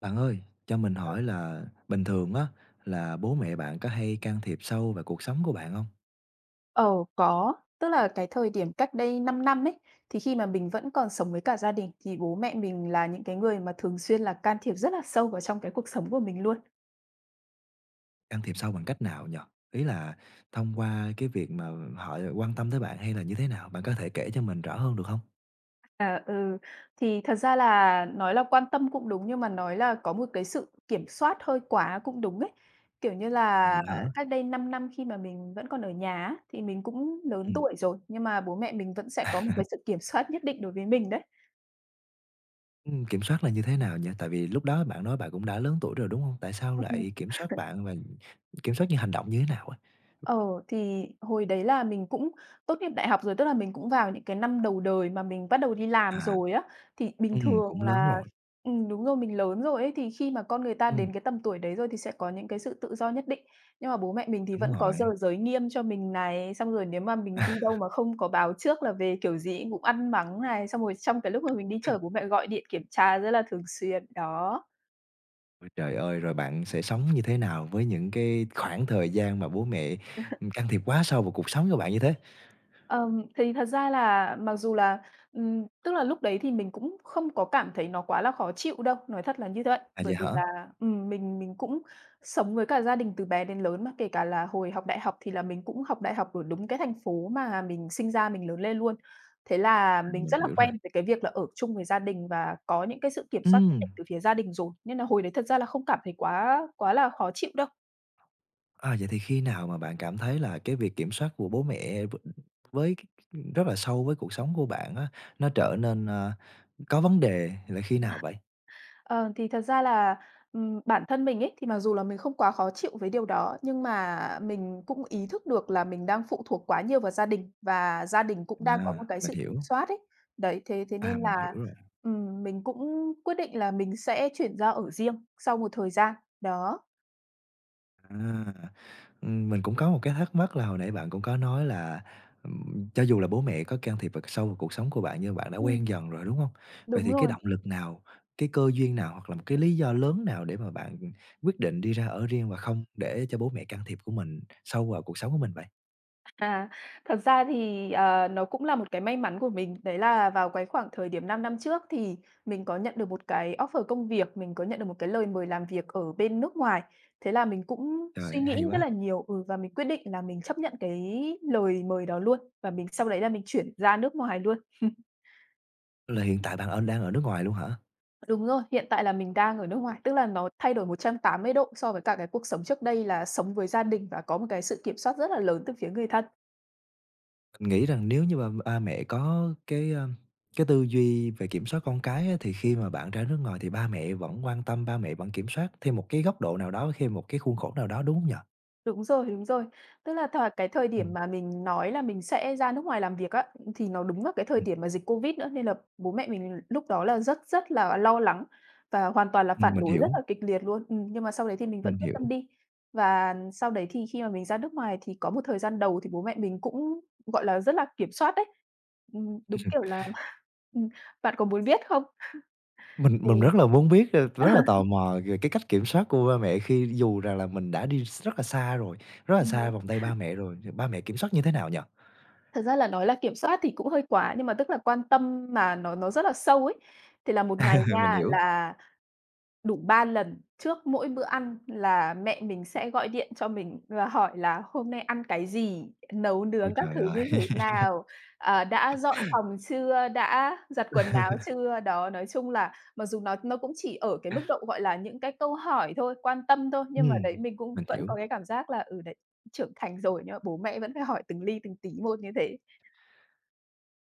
Bạn ơi, cho mình hỏi là bình thường á là bố mẹ bạn có hay can thiệp sâu vào cuộc sống của bạn không? Ờ, có. Tức là cái thời điểm cách đây 5 năm ấy, thì khi mà mình vẫn còn sống với cả gia đình thì bố mẹ mình là những cái người mà thường xuyên là can thiệp rất là sâu vào trong cái cuộc sống của mình luôn. Can thiệp sâu bằng cách nào nhở? Ý là thông qua cái việc mà họ quan tâm tới bạn hay là như thế nào? Bạn có thể kể cho mình rõ hơn được không? À, ừ, thì thật ra là nói là quan tâm cũng đúng nhưng mà nói là có một cái sự kiểm soát hơi quá cũng đúng ấy. Kiểu như À, là, vậy hả? cách đây 5 năm khi mà mình vẫn còn ở nhà á, thì mình cũng lớn Ừm, tuổi rồi, nhưng mà bố mẹ mình vẫn sẽ có một cái sự kiểm soát nhất định đối với mình đấy. Kiểm soát là như thế nào nhỉ? Tại vì lúc đó bạn nói bạn cũng đã lớn tuổi rồi, đúng không? Tại sao Ừ. lại kiểm soát bạn và kiểm soát những hành động như thế nào á? Ờ, thì hồi đấy là mình cũng tốt nghiệp đại học rồi, tức là mình cũng vào những cái năm đầu đời mà mình bắt đầu đi làm À, rồi á. Thì bình thường cũng lớn là rồi, đúng rồi, mình lớn rồi ấy, thì khi mà con người ta ừm, đến cái tầm tuổi đấy rồi thì sẽ có những cái sự tự do nhất định. Nhưng mà bố mẹ mình thì đúng vẫn có rồi. giờ giới nghiêm cho mình này, xong rồi nếu mà mình đi đâu mà không có báo trước là về kiểu gì cũng ăn mắng này, xong rồi trong cái lúc mà mình đi chơi bố mẹ gọi điện kiểm tra rất là thường xuyên, đó. Ôi trời ơi! Rồi bạn sẽ sống như thế nào với những cái khoảng thời gian mà bố mẹ can thiệp quá sâu vào cuộc sống của bạn như thế? Thì thật ra là mặc dù là, tức là lúc đấy thì mình cũng không có cảm thấy nó quá là khó chịu đâu, nói thật là như vậy. À, vậy Bởi vì hả? là, mình cũng sống với cả gia đình từ bé đến lớn mà, kể cả là hồi học đại học thì là mình cũng học đại học ở đúng cái thành phố mà mình sinh ra mình lớn lên luôn. Thế là À, mình mình rất là hiểu rồi. quen với cái việc là ở chung với gia đình và có những cái sự kiểm soát nhất Ừm, định từ phía gia đình rồi, nên là hồi đấy thật ra là không cảm thấy quá quá là khó chịu đâu. À, vậy thì khi nào mà bạn cảm thấy là cái việc kiểm soát của bố mẹ với cái rất là sâu với cuộc sống của bạn á, nó trở nên có vấn đề là khi nào vậy? Ờ, thì thật ra là, bản thân mình ấy, thì mặc dù là mình không quá khó chịu với điều đó, nhưng mà mình cũng ý thức được là mình đang phụ thuộc quá nhiều vào gia đình và gia đình cũng đang có À, một cái mình sự kiểm hiểu. soát ấy. Đấy, thế thế À, nên mình là, hiểu rồi. Mình cũng quyết định là mình sẽ chuyển ra ở riêng sau một thời gian, đó. À, mình cũng có một cái thắc mắc là hồi nãy bạn cũng có nói là cho dù là bố mẹ có can thiệp vào sâu vào cuộc sống của bạn nhưng bạn đã quen Ừm, dần rồi, đúng không? Vậy đúng thì cái rồi. động lực nào, cái cơ duyên nào hoặc là một cái lý do lớn nào để mà bạn quyết định đi ra ở riêng và không để cho bố mẹ can thiệp của mình sâu vào cuộc sống của mình vậy? À, thật ra thì, nó cũng là một cái may mắn của mình, đấy là vào cái khoảng thời điểm 5 năm trước thì mình có nhận được một cái offer công việc, mình có nhận được một cái lời mời làm việc ở bên nước ngoài. Thế là mình cũng Trời, suy hay nghĩ rất quá! là nhiều, và mình quyết định là mình chấp nhận cái lời mời đó luôn, và mình sau đấy là mình chuyển ra nước ngoài luôn. Là hiện tại bạn đang ở nước ngoài luôn hả? Đúng rồi, hiện tại là mình đang ở nước ngoài, tức là nó thay đổi 180 độ so với cả cái cuộc sống trước đây là sống với gia đình và có một cái sự kiểm soát rất là lớn từ phía người thân. Mình nghĩ rằng nếu như mà ba mẹ có cái tư duy về kiểm soát con cái á, thì khi mà bạn ra nước ngoài thì ba mẹ vẫn quan tâm, ba mẹ vẫn kiểm soát thêm một cái góc độ nào đó, thêm một cái khuôn khổ nào đó, đúng hông nhỉ? Đúng rồi, đúng rồi. Tức là cái thời điểm Ừm, mà mình nói là mình sẽ ra nước ngoài làm việc á, thì nó đúng là cái thời ừm, điểm mà dịch Covid nữa, nên là bố mẹ mình lúc đó là rất rất là lo lắng và hoàn toàn là phản ừm, mình đối rất hiểu, là kịch liệt luôn. Nhưng mà sau đấy thì mình vẫn mình quyết hiểu. tâm đi. Và sau đấy thì khi mà mình ra nước ngoài thì có một thời gian đầu thì bố mẹ mình cũng, gọi là, rất là kiểm soát đấy. Đúng kiểu là ừm, "Bạn có muốn biết không?" Mình Thì rất là muốn biết, rất là tò mò về cái cách kiểm soát của ba mẹ khi dù rằng là mình đã đi rất là xa rồi, rất là xa vòng tay ba mẹ rồi, thì ba mẹ kiểm soát như thế nào nhỉ? Thật ra là nói là kiểm soát thì cũng hơi quá, nhưng mà tức là quan tâm mà nó rất là sâu ấy. Thì là một ngày Mình nha, hiểu. là đủ 3 lần trước mỗi bữa ăn là mẹ mình sẽ gọi điện cho mình và hỏi là "Hôm nay ăn cái gì? Nấu Ôi nướng các trời thứ như ơi! thế nào? Ờ, đã dọn phòng chưa? Đã giặt quần áo chưa?" Đó, nói chung là mặc dù nó cũng chỉ ở cái mức độ, gọi là, những cái câu hỏi thôi, quan tâm thôi, nhưng mà Ừm, đấy, mình cũng mình vẫn có hiểu. cái cảm giác là, đấy, trưởng thành rồi nhưng mà bố mẹ vẫn phải hỏi từng ly từng tí một như thế.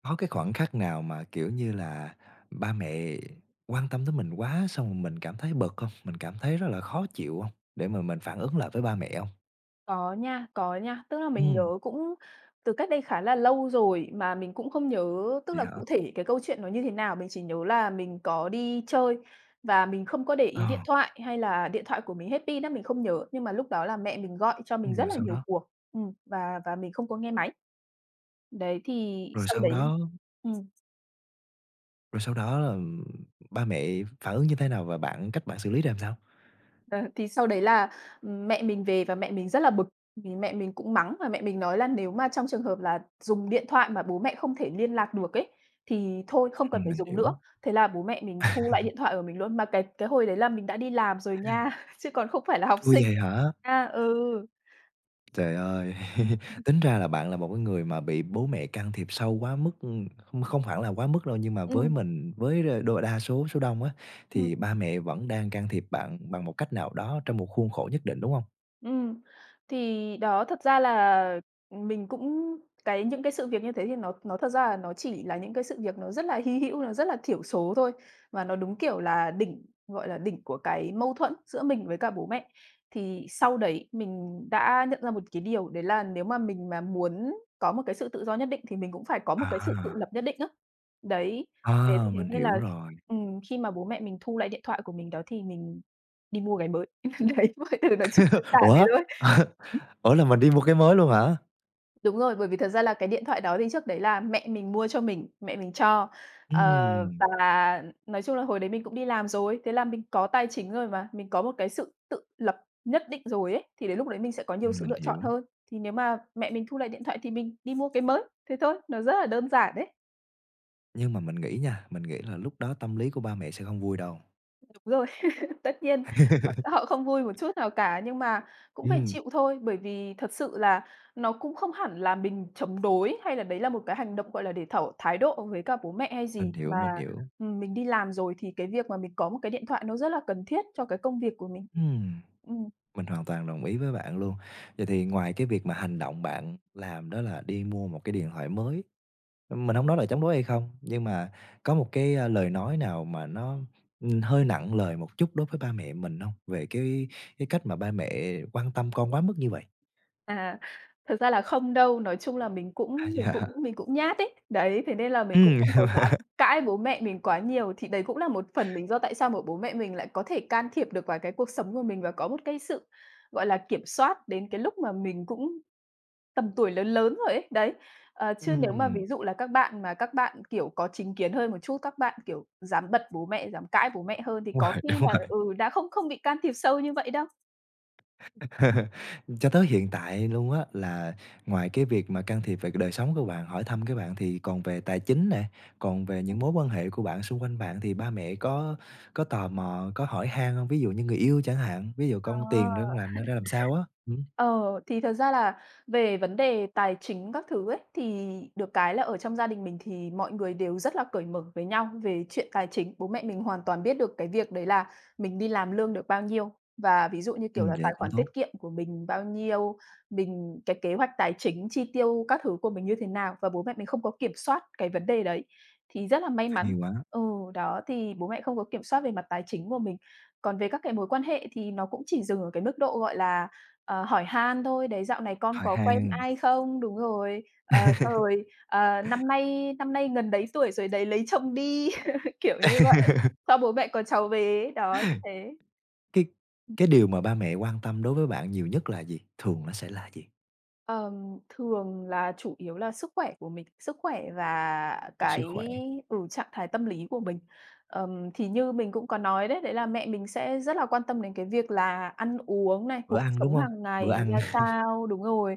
Có cái khoảnh khắc nào mà, kiểu như là, ba mẹ quan tâm tới mình quá xong rồi mình cảm thấy bực không? Mình cảm thấy rất là khó chịu không? Để mà mình phản ứng lại với ba mẹ không? Có nha, có nha. Tức là mình Ừm, nhớ cũng từ cách đây khá là lâu rồi mà mình cũng không nhớ, tức vậy là hả? cụ thể cái câu chuyện nó như thế nào, mình chỉ nhớ là mình có đi chơi và mình không có để Ờ, ý điện thoại, hay là điện thoại của mình hết pin á, mình không nhớ. Nhưng mà lúc đó là mẹ mình gọi cho mình rất rồi là sau nhiều đó cuộc, và mình không có nghe máy. Đấy, thì rồi sau sau đấy đó ừm. rồi sau đó là ba mẹ phản ứng như thế nào và bạn cách bạn xử lý ra làm sao? Ờ, thì sau đấy là, mẹ mình về và mẹ mình rất là bực, vì mẹ mình cũng mắng và mẹ mình nói là nếu mà trong trường hợp là dùng điện thoại mà bố mẹ không thể liên lạc được ấy, thì thôi không cần phải Mình dùng nữa. hiểu. Thế là bố mẹ mình thu lại điện thoại của mình luôn, mà cái hồi đấy là mình đã đi làm rồi nha, chứ còn không phải là học Ủa, sinh vậy đâu hả? nha. Ừ. Trời ơi! Tính ra là bạn là một cái người mà bị bố mẹ can thiệp sâu quá mức, không không hẳn là quá mức đâu, nhưng mà với Ừm, mình, với đa số số đông á, thì ừm. ba mẹ vẫn đang can thiệp bạn bằng một cách nào đó trong một khuôn khổ nhất định, đúng không? Ừm, thì đó, thật ra là mình cũng cái những cái sự việc như thế thì nó thật ra là nó chỉ là những cái sự việc nó rất là hy hữu, nó rất là thiểu số thôi, và nó đúng kiểu là đỉnh, gọi là, đỉnh của cái mâu thuẫn giữa mình với cả bố mẹ. Thì sau đấy mình đã nhận ra một cái điều đấy là nếu mà mình mà muốn có một cái sự tự do nhất định thì mình cũng phải có một cái À, sự tự lập nhất định á. Đấy, thế à, thế mình nên hiểu là, rồi. Khi mà bố mẹ mình thu lại điện thoại của mình đó thì mình đi mua cái mới. Đấy, mọi thứ nó chỉ đơn giản thế Ủa? thôi. Ủa, là mình đi mua cái mới luôn hả? Đúng rồi, bởi vì thật ra là cái điện thoại đó thì trước đấy là mẹ mình mua cho mình, mẹ mình cho. Ờ, Ừm, và nói chung là hồi đấy mình cũng đi làm rồi, thế là mình có tài chính rồi mà, mình có một cái sự tự lập nhất định rồi ấy, thì đến lúc đấy mình sẽ có nhiều ừm, sự mình lựa chọn hiểu. hơn. Thì nếu mà mẹ mình thu lại điện thoại thì mình đi mua cái mới, thế thôi, nó rất là đơn giản đấy. Nhưng mà mình nghĩ nha, mình nghĩ là lúc đó tâm lý của ba mẹ sẽ không vui đâu. Đúng rồi, tất nhiên họ họ không vui một chút nào cả, nhưng mà cũng phải Ừm, chịu thôi, bởi vì thật sự là nó cũng không hẳn là mình chống đối, hay là đấy là một cái hành động, gọi là, để tỏ thái độ với cả bố mẹ hay mình gì, hiểu, mà, mình hiểu. Mình đi làm rồi thì cái việc mà mình có một cái điện thoại nó rất là cần thiết cho cái công việc của mình. Ừm. Ừm. Mình hoàn toàn đồng ý với bạn luôn. Vậy thì ngoài cái việc mà hành động bạn làm đó là đi mua một cái điện thoại mới, mình không nói là chống đối hay không, nhưng mà có một cái lời nói nào mà nó hơi nặng lời một chút đối với ba mẹ mình không? Về cái cách mà ba mẹ quan tâm con quá mức như vậy? À, thật ra là không đâu, nói chung là mình À, cũng mình cũng dạ. mình cũng nhát ấy. Đấy, thế nên là mình cũng Ừ, không có dám cãi bố mẹ mình quá nhiều, thì đấy cũng là một phần lý do tại sao mà bố mẹ mình lại có thể can thiệp được vào cái cuộc sống của mình và có một cái sự, gọi là, kiểm soát đến cái lúc mà mình cũng tầm tuổi lớn lớn rồi ấy, đấy. Ờ, chứ nếu mà ừm, ví dụ là các bạn mà các bạn, kiểu, có chính kiến hơn một chút, các bạn, kiểu, dám bật bố mẹ, dám cãi bố mẹ hơn thì đúng có rồi, khi đúng là, rồi. Đã không không bị can thiệp sâu như vậy đâu. Cho tới hiện tại luôn á, là ngoài cái việc mà can thiệp về cái đời sống của bạn, hỏi thăm cái bạn thì còn về tài chính nè, còn về những mối quan hệ của bạn, xung quanh bạn thì ba mẹ có tò mò, có hỏi han không? Ví dụ như người yêu chẳng hạn, ví dụ Ờ. "Con tiền ra con làm nó ra làm sao á?" Ừm, Ờ, thì thật ra là về vấn đề tài chính các thứ ấy, thì được cái là ở trong gia đình mình thì mọi người đều rất là cởi mở với nhau về chuyện tài chính. Bố mẹ mình hoàn toàn biết được cái việc đấy là mình đi làm lương được bao nhiêu và ví dụ như, kiểu ừm, là, vậy tài cũng khoản tiết tốt, kiệm của mình bao nhiêu, mình cái kế hoạch tài chính, chi tiêu các thứ của mình như thế nào và bố mẹ mình không có kiểm soát cái vấn đề đấy, thì rất là may hay mắn. quá, Ừ, đó, thì bố mẹ không có kiểm soát về mặt tài chính của mình. Còn về các cái mối quan hệ thì nó cũng chỉ dừng ở cái mức độ, gọi là, Ờ, hỏi han thôi, đấy, "Dạo này con hỏi có quen han. ai không?" Đúng rồi, ờ, xong rồi, ờ, "Năm nay gần đấy tuổi rồi đấy, lấy chồng đi", kiểu như vậy, "cho bố mẹ có cháu về" ấy, đó, như thế. Cái cái điều mà ba mẹ quan tâm đối với bạn nhiều nhất là gì? Thường nó sẽ là gì? Thường là chủ yếu là sức khỏe của mình, sức khỏe và Là sức cái khỏe, ừ, trạng thái tâm lý của mình. Thì như mình cũng có nói đấy, đấy là mẹ mình sẽ rất là quan tâm đến cái việc là ăn uống này, bữa cuộc ăn, đúng sống không? hàng Bữa ngày ăn, ra sao, đúng rồi.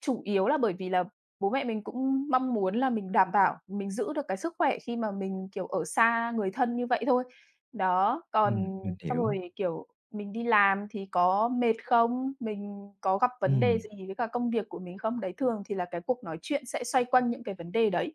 Chủ yếu là bởi vì là bố mẹ mình cũng mong muốn là mình đảm bảo mình giữ được cái sức khỏe khi mà mình, kiểu, ở xa người thân như vậy thôi. Đó, còn mình xong hiểu, rồi, kiểu mình đi làm thì có mệt không? Mình có gặp vấn đề ừm. gì với cả công việc của mình không? Đấy, thường thì là cái cuộc nói chuyện sẽ xoay quanh những cái vấn đề đấy.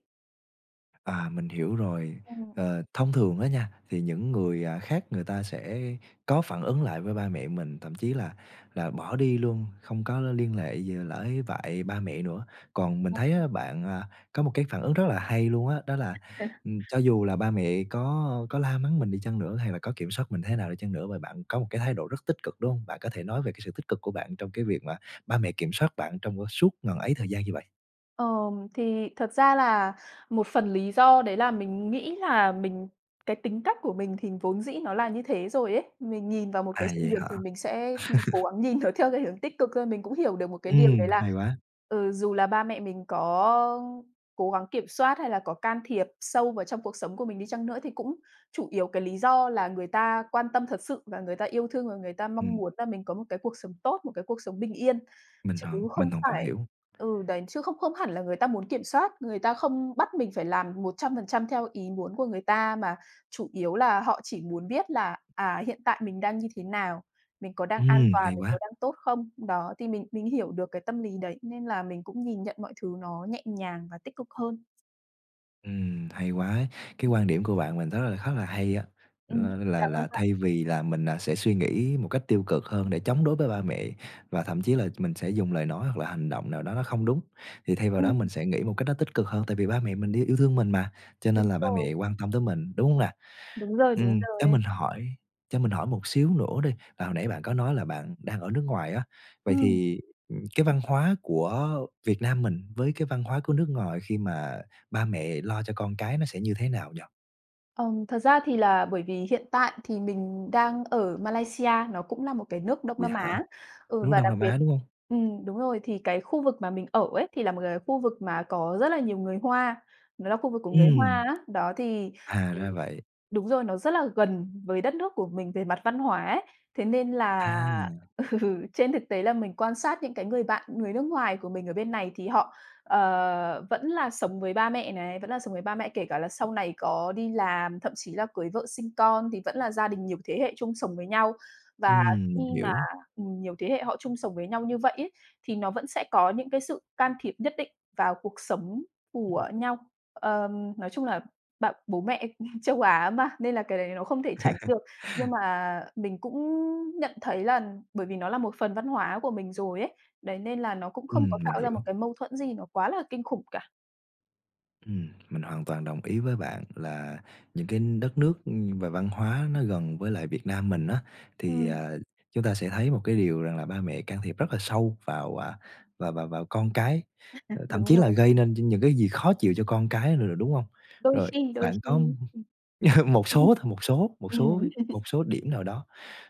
À, mình hiểu rồi. Ờ, thông thường á nha, thì những người, à, khác người ta sẽ có phản ứng lại với ba mẹ mình, thậm chí là bỏ đi luôn, không có liên hệ gì với lại với ba mẹ nữa. Còn mình thấy á, bạn, à, có một cái phản ứng rất là hay luôn á, đó là Ừm. Cho dù là ba mẹ có la mắng mình đi chăng nữa, hay là có kiểm soát mình thế nào đi chăng nữa mà bạn có một cái thái độ rất tích cực, đúng không? Bạn có thể nói về cái sự tích cực của bạn trong cái việc mà ba mẹ kiểm soát bạn trong suốt ngần ấy thời gian như vậy. Thì thật ra là một phần lý do đấy là mình nghĩ là mình cái tính cách của mình thì vốn dĩ nó là như thế rồi ấy. Mình nhìn vào một cái À, sự vậy việc thì hả? mình sẽ cố gắng nhìn nó theo cái hướng tích cực thôi. Mình cũng hiểu được một cái điều đấy là, Hay quá, ừ, dù là ba mẹ mình có cố gắng kiểm soát hay là có can thiệp sâu vào trong cuộc sống của mình đi chăng nữa thì cũng chủ yếu cái lý do là người ta quan tâm thật sự và người ta yêu thương và người ta mong ừm. muốn là mình có một cái cuộc sống tốt, một cái cuộc sống bình yên. Mình Chứ hoàn không mình hoàn toàn phải hiểu. ừ, đấy, chứ không không hẳn là người ta muốn kiểm soát, người ta không bắt mình phải làm 100% theo ý muốn của người ta, mà chủ yếu là họ chỉ muốn biết là, à, hiện tại mình đang như thế nào, mình có đang an Ừm, toàn, hay mình có quá, đang tốt không? Đó, thì mình hiểu được cái tâm lý đấy, nên là mình cũng nhìn nhận mọi thứ nó nhẹ nhàng và tích cực hơn. Hay quá ấy. Cái quan điểm của bạn mình rất là khá là hay á, Ừm, là là cảm ơn là bạn. thay vì là mình, à, sẽ suy nghĩ một cách tiêu cực hơn để chống đối với ba mẹ và thậm chí là mình sẽ dùng lời nói hoặc là hành động nào đó nó không đúng, thì thay vào đó Ừm, mình sẽ nghĩ một cách nó tích cực hơn, tại vì ba mẹ mình yêu yêu thương mình mà, cho nên đúng là ba mẹ rồi, quan tâm tới mình, đúng hông nè? đúng rồi, đúng Ừm, cho rồi. mình hỏi cho mình hỏi một xíu nữa đi, là hồi nãy bạn có nói là bạn đang ở nước ngoài á, vậy Ừm. thì cái văn hóa của Việt Nam mình với cái văn hóa của nước ngoài khi mà ba mẹ lo cho con cái nó sẽ như thế nào nhỉ? Thật ra thì là bởi vì hiện tại thì mình đang ở Malaysia, nó cũng là một cái nước Đông Vậy Nam hả? Á. Ừ, Nước và Đông đặc Nam biệt Á, đúng hông? Đúng rồi, thì cái khu vực mà mình ở ấy, thì là một cái khu vực mà có rất là nhiều người Hoa, nó là khu vực của người Ừm, Hoa á. Đó thì À, ừm, ra vậy. đúng rồi, nó rất là gần với đất nước của mình về mặt văn hóa ấy. Thế nên là À, ừ, trên thực tế là mình quan sát những cái người bạn người nước ngoài của mình ở bên này thì họ Ờ, vẫn là sống với ba mẹ này, vẫn là sống với ba mẹ, kể cả là sau này có đi làm, thậm chí là cưới vợ sinh con thì vẫn là gia đình nhiều thế hệ chung sống với nhau. Và khi mình mà, hiểu. Nhiều thế hệ họ chung sống với nhau như vậy ấy, thì nó vẫn sẽ có những cái sự can thiệp nhất định vào cuộc sống Ừm, của nhau. Nói chung là bạn bố mẹ Châu Á mà, nên là cái đấy nó không thể tránh được. Nhưng mà mình cũng nhận thấy là bởi vì nó là một phần văn hóa của mình rồi ấy, đấy, nên là nó cũng không có ừm, mình tạo ra hiểu. một cái mâu thuẫn gì nó quá là kinh khủng cả. Mình hoàn toàn đồng ý với bạn là những cái đất nước và văn hóa nó gần với lại Việt Nam mình á, thì, Ừm, à, chúng ta sẽ thấy một cái điều rằng là ba mẹ can thiệp rất là sâu vào và vào vào con cái thậm chí đúng là rồi, gây nên những cái gì khó chịu cho con cái nữa, đúng không? đôi Rồi, khi, đôi bạn có khi. một số thôi, một số một Ừm. số Ừm. một số điểm nào đó.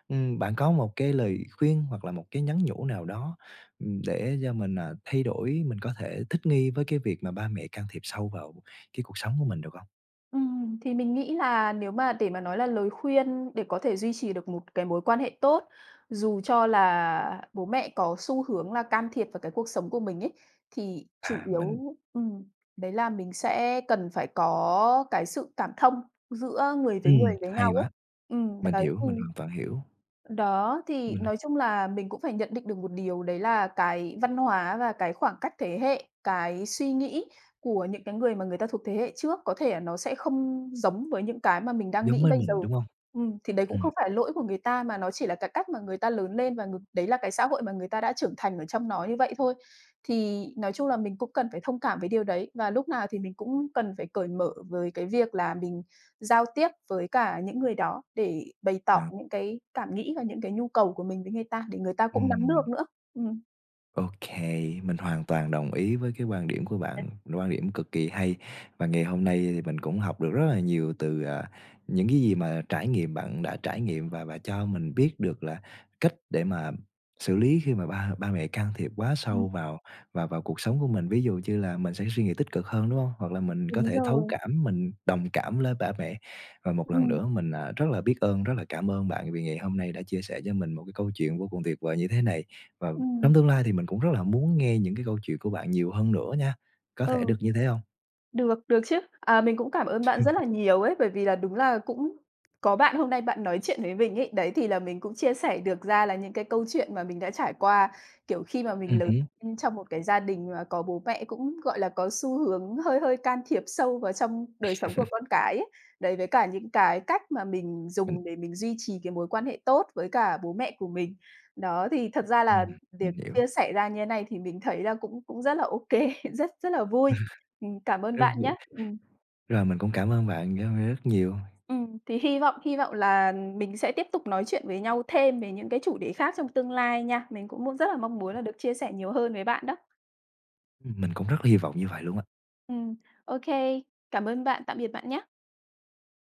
Bạn có một cái lời khuyên hoặc là một cái nhắn nhủ nào đó để cho mình, à, thay đổi, mình có thể thích nghi với cái việc mà ba mẹ can thiệp sâu vào cái cuộc sống của mình được hông? Thì mình nghĩ là nếu mà để mà nói là lời khuyên để có thể duy trì được một cái mối quan hệ tốt, dù cho là bố mẹ có xu hướng là can thiệp vào cái cuộc sống của mình ấy, thì chủ À, mình yếu đấy là mình sẽ cần phải có cái sự cảm thông giữa người với hay nhau ấy. quá, mình Đấy, hiểu, thì mình hoàn toàn hiểu, đó, thì mình nói chung là mình cũng phải nhận định được một điều đấy là cái văn hóa và cái khoảng cách thế hệ, cái suy nghĩ của những cái người mà người ta thuộc thế hệ trước có thể là nó sẽ không giống với những cái mà mình đang giống nghĩ với bây giờ. mình, đúng hông? Thì đấy cũng Ừm, không phải lỗi của người ta mà nó chỉ là cái cách mà người ta lớn lên và người đấy là cái xã hội mà người ta đã trưởng thành ở trong nó như vậy thôi. Thì nói chung là mình cũng cần phải thông cảm với điều đấy và lúc nào thì mình cũng cần phải cởi mở với cái việc là mình giao tiếp với cả những người đó để bày tỏ à, những cái cảm nghĩ và những cái nhu cầu của mình với người ta để người ta cũng nắm ừm. được nữa. Ừm. OK, mình hoàn toàn đồng ý với cái quan điểm của bạn, quan điểm cực kỳ hay. Và ngày hôm nay thì mình cũng học được rất là nhiều từ, à, những cái gì mà trải nghiệm bạn đã trải nghiệm và cho mình biết được là cách để mà xử lý khi mà ba ba mẹ can thiệp quá Ừm, sâu vào vào vào cuộc sống của mình. Ví dụ như là mình sẽ suy nghĩ tích cực hơn, đúng không? Hoặc là mình có đúng thể thấu rồi. cảm, mình đồng cảm với ba mẹ. Và một lần Ừm, nữa mình, à, rất là biết ơn, rất là cảm ơn bạn vì ngày hôm nay đã chia sẻ cho mình một cái câu chuyện vô cùng tuyệt vời như thế này và ừm, trong tương lai thì mình cũng rất là muốn nghe những cái câu chuyện của bạn nhiều hơn nữa nha, có thể ừ. được như thế hông? Được, được chứ. À, mình cũng cảm ơn bạn rất là nhiều ấy, bởi vì là đúng là cũng có bạn hôm nay bạn nói chuyện với mình ấy, đấy, thì là mình cũng chia sẻ được ra là những cái câu chuyện mà mình đã trải qua, kiểu, khi mà mình lớn hứm, lên trong một cái gia đình mà có bố mẹ cũng, gọi là, có xu hướng hơi hơi can thiệp sâu vào trong đời sống của con cái ấy. Đấy, với cả những cái cách mà mình mình dùng để mình duy trì cái mối quan hệ tốt với cả bố mẹ của mình. Đó, thì thật ra là mình việc hiểu. chia sẻ ra như thế này thì mình thấy là cũng cũng rất là ô kê, rất rất là vui. Cảm ơn Rất bạn vui. nhé. Rồi mình cũng cảm ơn bạn rất rất nhiều, Thì hy vọng là mình sẽ tiếp tục nói chuyện với nhau thêm về những cái chủ đề khác trong tương lai nha. Mình cũng muốn rất là mong muốn là được chia sẻ nhiều hơn với bạn đó. Mình cũng rất là hy vọng như vậy luôn á. Ừm, ô cảm ơn bạn, tạm biệt bạn nhé.